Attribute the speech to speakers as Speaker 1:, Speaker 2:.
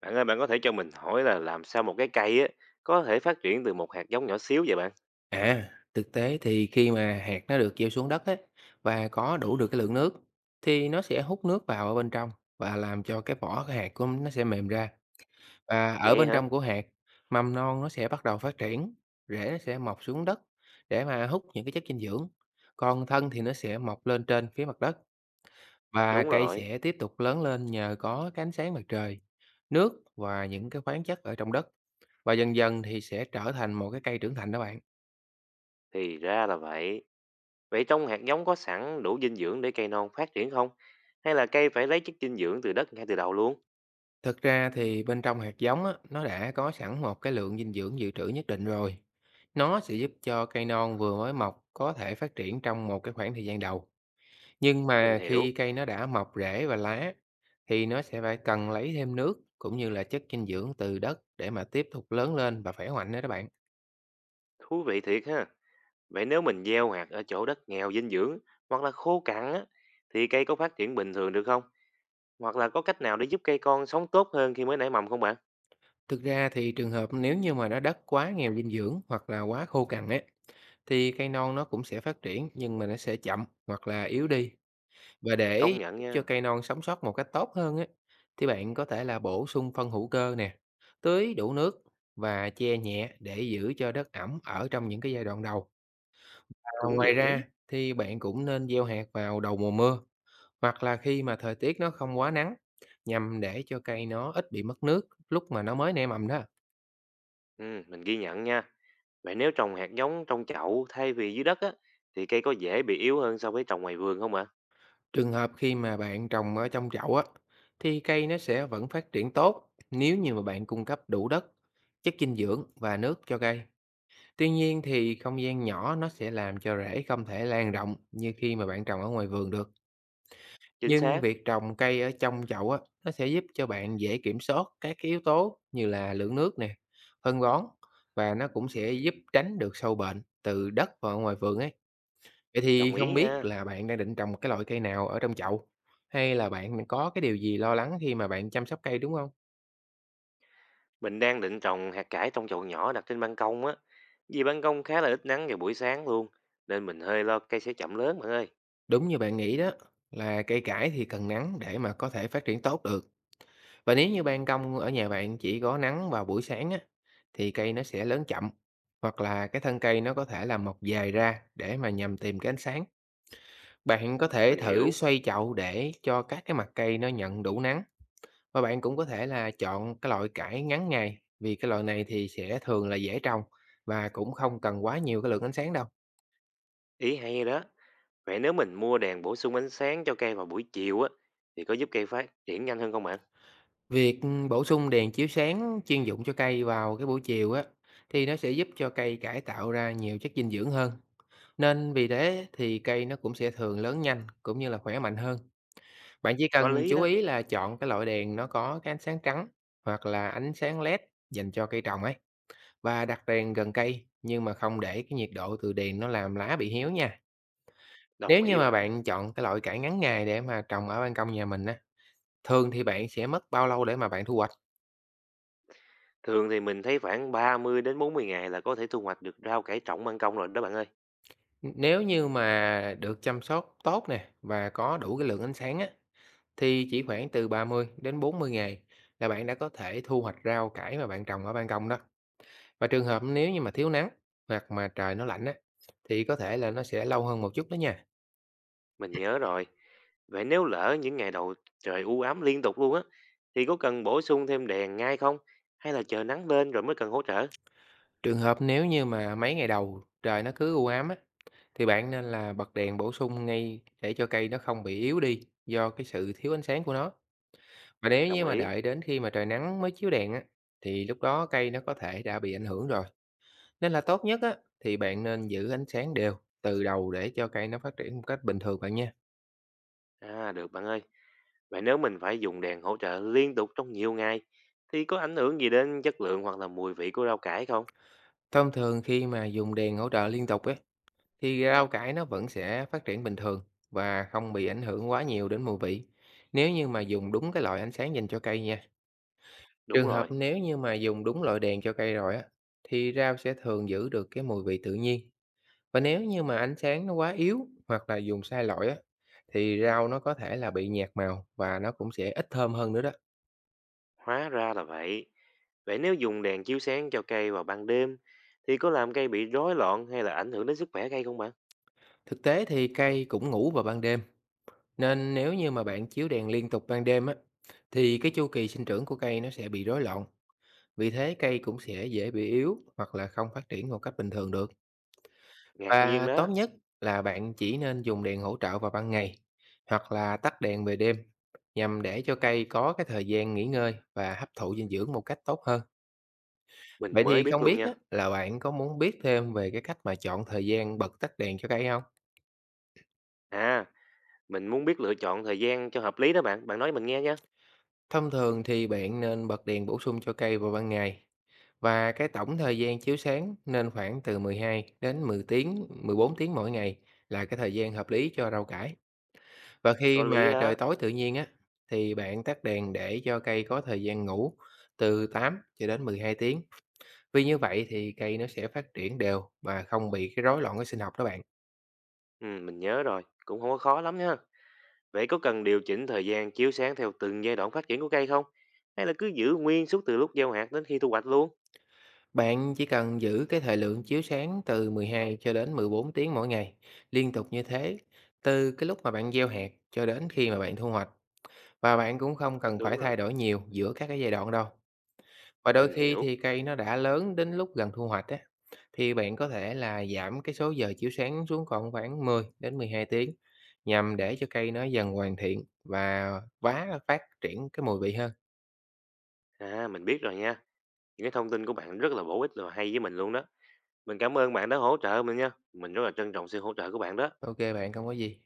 Speaker 1: Bạn ơi, bạn có thể cho mình hỏi là làm sao một cái cây á có thể phát triển từ một hạt giống nhỏ xíu vậy bạn?
Speaker 2: À, thực tế thì khi mà hạt nó được gieo xuống đất á, và có đủ được cái lượng nước thì nó sẽ hút nước vào ở bên trong và làm cho cái vỏ cái hạt của nó sẽ mềm ra. Và ở
Speaker 1: Vậy
Speaker 2: bên
Speaker 1: hả?
Speaker 2: trong của hạt, mầm non nó sẽ bắt đầu phát triển, rễ nó sẽ mọc xuống đất để mà hút những cái chất dinh dưỡng. Còn thân thì nó sẽ mọc lên trên phía mặt đất và
Speaker 1: Đúng
Speaker 2: cây
Speaker 1: rồi,
Speaker 2: sẽ tiếp tục lớn lên nhờ có cái ánh sáng mặt trời, nước và những cái khoáng chất ở trong đất. Và dần dần thì sẽ trở thành một cái cây trưởng thành đó bạn.
Speaker 1: thì ra là vậy. Vậy trong hạt giống có sẵn đủ dinh dưỡng để cây non phát triển không? Hay là cây phải lấy chất dinh dưỡng từ đất ngay từ đầu luôn?
Speaker 2: Thực ra thì bên trong hạt giống á, nó đã có sẵn một cái lượng dinh dưỡng dự trữ nhất định rồi. Nó sẽ giúp cho cây non vừa mới mọc có thể phát triển trong một cái khoảng thời gian đầu. Nhưng
Speaker 1: Mình
Speaker 2: mà khi
Speaker 1: hiểu,
Speaker 2: cây nó đã mọc rễ và lá thì nó sẽ phải cần lấy thêm nước cũng như là chất dinh dưỡng từ đất để mà tiếp tục lớn lên và khỏe mạnh đó các bạn.
Speaker 1: thú vị thiệt ha. Vậy nếu mình gieo hạt ở chỗ đất nghèo dinh dưỡng hoặc là khô cằn á thì cây có phát triển bình thường được không? Hoặc là có cách nào để giúp cây con sống tốt hơn khi mới nảy mầm không bạn?
Speaker 2: Thực ra thì trường hợp nếu như mà nó đất quá nghèo dinh dưỡng hoặc là quá khô cằn ấy thì cây non nó cũng sẽ phát triển, nhưng mà nó sẽ chậm hoặc là yếu đi. Và
Speaker 1: Công
Speaker 2: để
Speaker 1: nhận
Speaker 2: giúp cho
Speaker 1: nha,
Speaker 2: cây non sống sót một cách tốt hơn á, thì bạn có thể là bổ sung phân hữu cơ nè, tưới đủ nước và che nhẹ để giữ cho đất ẩm ở trong những cái giai đoạn đầu. À,
Speaker 1: cũng
Speaker 2: ngoài
Speaker 1: dễ.
Speaker 2: ra thì bạn cũng nên gieo hạt vào đầu mùa mưa hoặc là khi mà thời tiết nó không quá nắng, nhằm để cho cây nó ít bị mất nước lúc mà nó mới nảy mầm đó.
Speaker 1: Ừ, mình ghi nhận nha. Vậy nếu trồng hạt giống trong chậu thay vì dưới đất á, thì cây có dễ bị yếu hơn so với trồng ngoài vườn không ạ?
Speaker 2: Trường hợp khi mà bạn trồng ở trong chậu á, thì cây nó sẽ vẫn phát triển tốt nếu như mà bạn cung cấp đủ đất, chất dinh dưỡng và nước cho cây. Tuy nhiên thì không gian nhỏ nó sẽ làm cho rễ không thể lan rộng như khi mà bạn trồng ở ngoài vườn được.
Speaker 1: Chính
Speaker 2: Nhưng
Speaker 1: xác,
Speaker 2: việc trồng cây ở trong chậu á, nó sẽ giúp cho bạn dễ kiểm soát các cái yếu tố như là lượng nước nè, phân bón, và nó cũng sẽ giúp tránh được sâu bệnh từ đất và ngoài vườn ấy. Vậy thì
Speaker 1: đồng ý
Speaker 2: không biết
Speaker 1: nha.
Speaker 2: là bạn đang định trồng một cái loại cây nào ở trong chậu, hay là bạn có cái điều gì lo lắng khi mà bạn chăm sóc cây đúng không?
Speaker 1: Mình đang định trồng hạt cải trong chậu nhỏ đặt trên ban công á. Vì ban công khá là ít nắng vào buổi sáng luôn, nên mình hơi lo cây sẽ chậm lớn bạn ơi.
Speaker 2: Đúng như bạn nghĩ đó, là cây cải thì cần nắng để mà có thể phát triển tốt được. Và nếu như ban công ở nhà bạn chỉ có nắng vào buổi sáng á, thì cây nó sẽ lớn chậm, hoặc là cái thân cây nó có thể là mọc dài ra để mà nhằm tìm cái ánh sáng. Bạn có thể
Speaker 1: Mình
Speaker 2: thử
Speaker 1: hiểu,
Speaker 2: xoay chậu để cho các cái mặt cây nó nhận đủ nắng. Và bạn cũng có thể là chọn cái loại cải ngắn ngày, vì cái loại này thì sẽ thường là dễ trồng và cũng không cần quá nhiều cái lượng ánh sáng đâu.
Speaker 1: ý hay đó. Vậy nếu mình mua đèn bổ sung ánh sáng cho cây vào buổi chiều á, thì có giúp cây phát triển nhanh hơn không bạn?
Speaker 2: Việc bổ sung đèn chiếu sáng chuyên dụng cho cây vào cái buổi chiều á, thì nó sẽ giúp cho cây cải tạo ra nhiều chất dinh dưỡng hơn. Nên vì thế thì cây nó cũng sẽ thường lớn nhanh cũng như là khỏe mạnh hơn. Bạn chỉ
Speaker 1: Có
Speaker 2: cần
Speaker 1: lý
Speaker 2: chú
Speaker 1: đó,
Speaker 2: ý là chọn cái loại đèn nó có cái ánh sáng trắng hoặc là ánh sáng LED dành cho cây trồng ấy, và đặt đèn gần cây nhưng mà không để cái nhiệt độ từ đèn nó làm lá bị héo nha. Nếu
Speaker 1: đồng
Speaker 2: như
Speaker 1: ý
Speaker 2: mà
Speaker 1: bạn.
Speaker 2: bạn chọn cái loại cải ngắn ngày để mà trồng ở ban công nhà mình á, thường thì bạn sẽ mất bao lâu để mà bạn thu hoạch?
Speaker 1: Thường thì mình thấy khoảng 30 đến 40 ngày là có thể thu hoạch được rau cải trồng ban công rồi đó bạn ơi.
Speaker 2: Nếu như mà được chăm sóc tốt nè và có đủ cái lượng ánh sáng á, thì chỉ khoảng từ 30 đến 40 ngày là bạn đã có thể thu hoạch rau cải mà bạn trồng ở ban công đó. Và trường hợp nếu như mà thiếu nắng hoặc mà trời nó lạnh á, thì có thể là nó sẽ lâu hơn một chút đó nha.
Speaker 1: Mình nhớ rồi. Vậy nếu lỡ những ngày đầu trời u ám liên tục luôn á, thì có cần bổ sung thêm đèn ngay không? Hay là chờ nắng lên rồi mới cần hỗ trợ?
Speaker 2: Trường hợp nếu như mà mấy ngày đầu trời nó cứ u ám á, thì bạn nên là bật đèn bổ sung ngay để cho cây nó không bị yếu đi do cái sự thiếu ánh sáng của nó. Và nếu như
Speaker 1: Đồng
Speaker 2: mà
Speaker 1: ý.
Speaker 2: đợi đến khi mà trời nắng mới chiếu đèn á, thì lúc đó cây nó có thể đã bị ảnh hưởng rồi. Nên là tốt nhất á, thì bạn nên giữ ánh sáng đều từ đầu để cho cây nó phát triển một cách bình thường bạn nha.
Speaker 1: À, được bạn ơi. Vậy nếu mình phải dùng đèn hỗ trợ liên tục trong nhiều ngày, thì có ảnh hưởng gì đến chất lượng hoặc là mùi vị của rau cải không?
Speaker 2: Thông thường khi mà dùng đèn hỗ trợ liên tục ấy, thì rau cải nó vẫn sẽ phát triển bình thường và không bị ảnh hưởng quá nhiều đến mùi vị, nếu như mà dùng đúng cái loại ánh sáng dành cho cây nha.
Speaker 1: Đúng
Speaker 2: Trường hợp
Speaker 1: rồi,
Speaker 2: nếu như mà dùng đúng loại đèn cho cây rồi á, thì rau sẽ thường giữ được cái mùi vị tự nhiên. Và nếu như mà ánh sáng nó quá yếu hoặc là dùng sai loại á, thì rau nó có thể là bị nhạt màu và nó cũng sẽ ít thơm hơn nữa đó.
Speaker 1: hóa ra là vậy. Vậy nếu dùng đèn chiếu sáng cho cây vào ban đêm, thì có làm cây bị rối loạn hay là ảnh hưởng đến sức khỏe cây không bạn?
Speaker 2: Thực tế thì cây cũng ngủ vào ban đêm, nên nếu như mà bạn chiếu đèn liên tục ban đêm á, thì cái chu kỳ sinh trưởng của cây nó sẽ bị rối loạn. Vì thế cây cũng sẽ dễ bị yếu hoặc là không phát triển một cách bình thường được.
Speaker 1: Ngạc nhiên
Speaker 2: Và tốt
Speaker 1: đó,
Speaker 2: nhất là bạn chỉ nên dùng đèn hỗ trợ vào ban ngày hoặc là tắt đèn về đêm, nhằm để cho cây có cái thời gian nghỉ ngơi và hấp thụ dinh dưỡng một cách tốt hơn.
Speaker 1: mình
Speaker 2: Vậy
Speaker 1: mới
Speaker 2: thì
Speaker 1: biết
Speaker 2: không
Speaker 1: luôn
Speaker 2: biết
Speaker 1: nha.
Speaker 2: á, là bạn có muốn biết thêm về cái cách mà chọn thời gian bật tắt đèn cho cây không?
Speaker 1: À, mình muốn biết lựa chọn thời gian cho hợp lý đó bạn, bạn nói mình nghe nhé.
Speaker 2: Thông thường thì bạn nên bật đèn bổ sung cho cây vào ban ngày, và cái tổng thời gian chiếu sáng nên khoảng từ 12 đến 10 tiếng, 14 tiếng mỗi ngày là cái thời gian hợp lý cho rau cải. Và khi
Speaker 1: Có lý
Speaker 2: mà trời
Speaker 1: đó.
Speaker 2: tối tự nhiên á, thì bạn tắt đèn để cho cây có thời gian ngủ từ 8 cho đến 12 tiếng. Vì như vậy thì cây nó sẽ phát triển đều và không bị cái rối loạn cái sinh học đó bạn.
Speaker 1: Ừ, mình nhớ rồi, cũng không có khó lắm nha. Vậy có cần điều chỉnh thời gian chiếu sáng theo từng giai đoạn phát triển của cây không? Hay là cứ giữ nguyên suốt từ lúc gieo hạt đến khi thu hoạch luôn?
Speaker 2: Bạn chỉ cần giữ cái thời lượng chiếu sáng từ 12 cho đến 14 tiếng mỗi ngày, liên tục như thế, từ cái lúc mà bạn gieo hạt cho đến khi mà bạn thu hoạch. Và bạn cũng không cần phải
Speaker 1: Đúng rồi,
Speaker 2: thay đổi nhiều giữa các cái giai đoạn đâu. Và đôi
Speaker 1: mình
Speaker 2: khi thì
Speaker 1: hiểu.
Speaker 2: cây nó đã lớn đến lúc gần thu hoạch á, thì bạn có thể là giảm cái số giờ chiếu sáng xuống còn khoảng 10 đến 12 tiếng, nhằm để cho cây nó dần hoàn thiện và vá phát triển cái mùi vị hơn.
Speaker 1: À, mình biết rồi nha. Những cái thông tin của bạn rất là bổ ích và hay với mình luôn đó. Mình cảm ơn bạn đã hỗ trợ mình nha. Mình rất là trân trọng sự hỗ trợ của bạn đó.
Speaker 2: OK bạn, không có gì.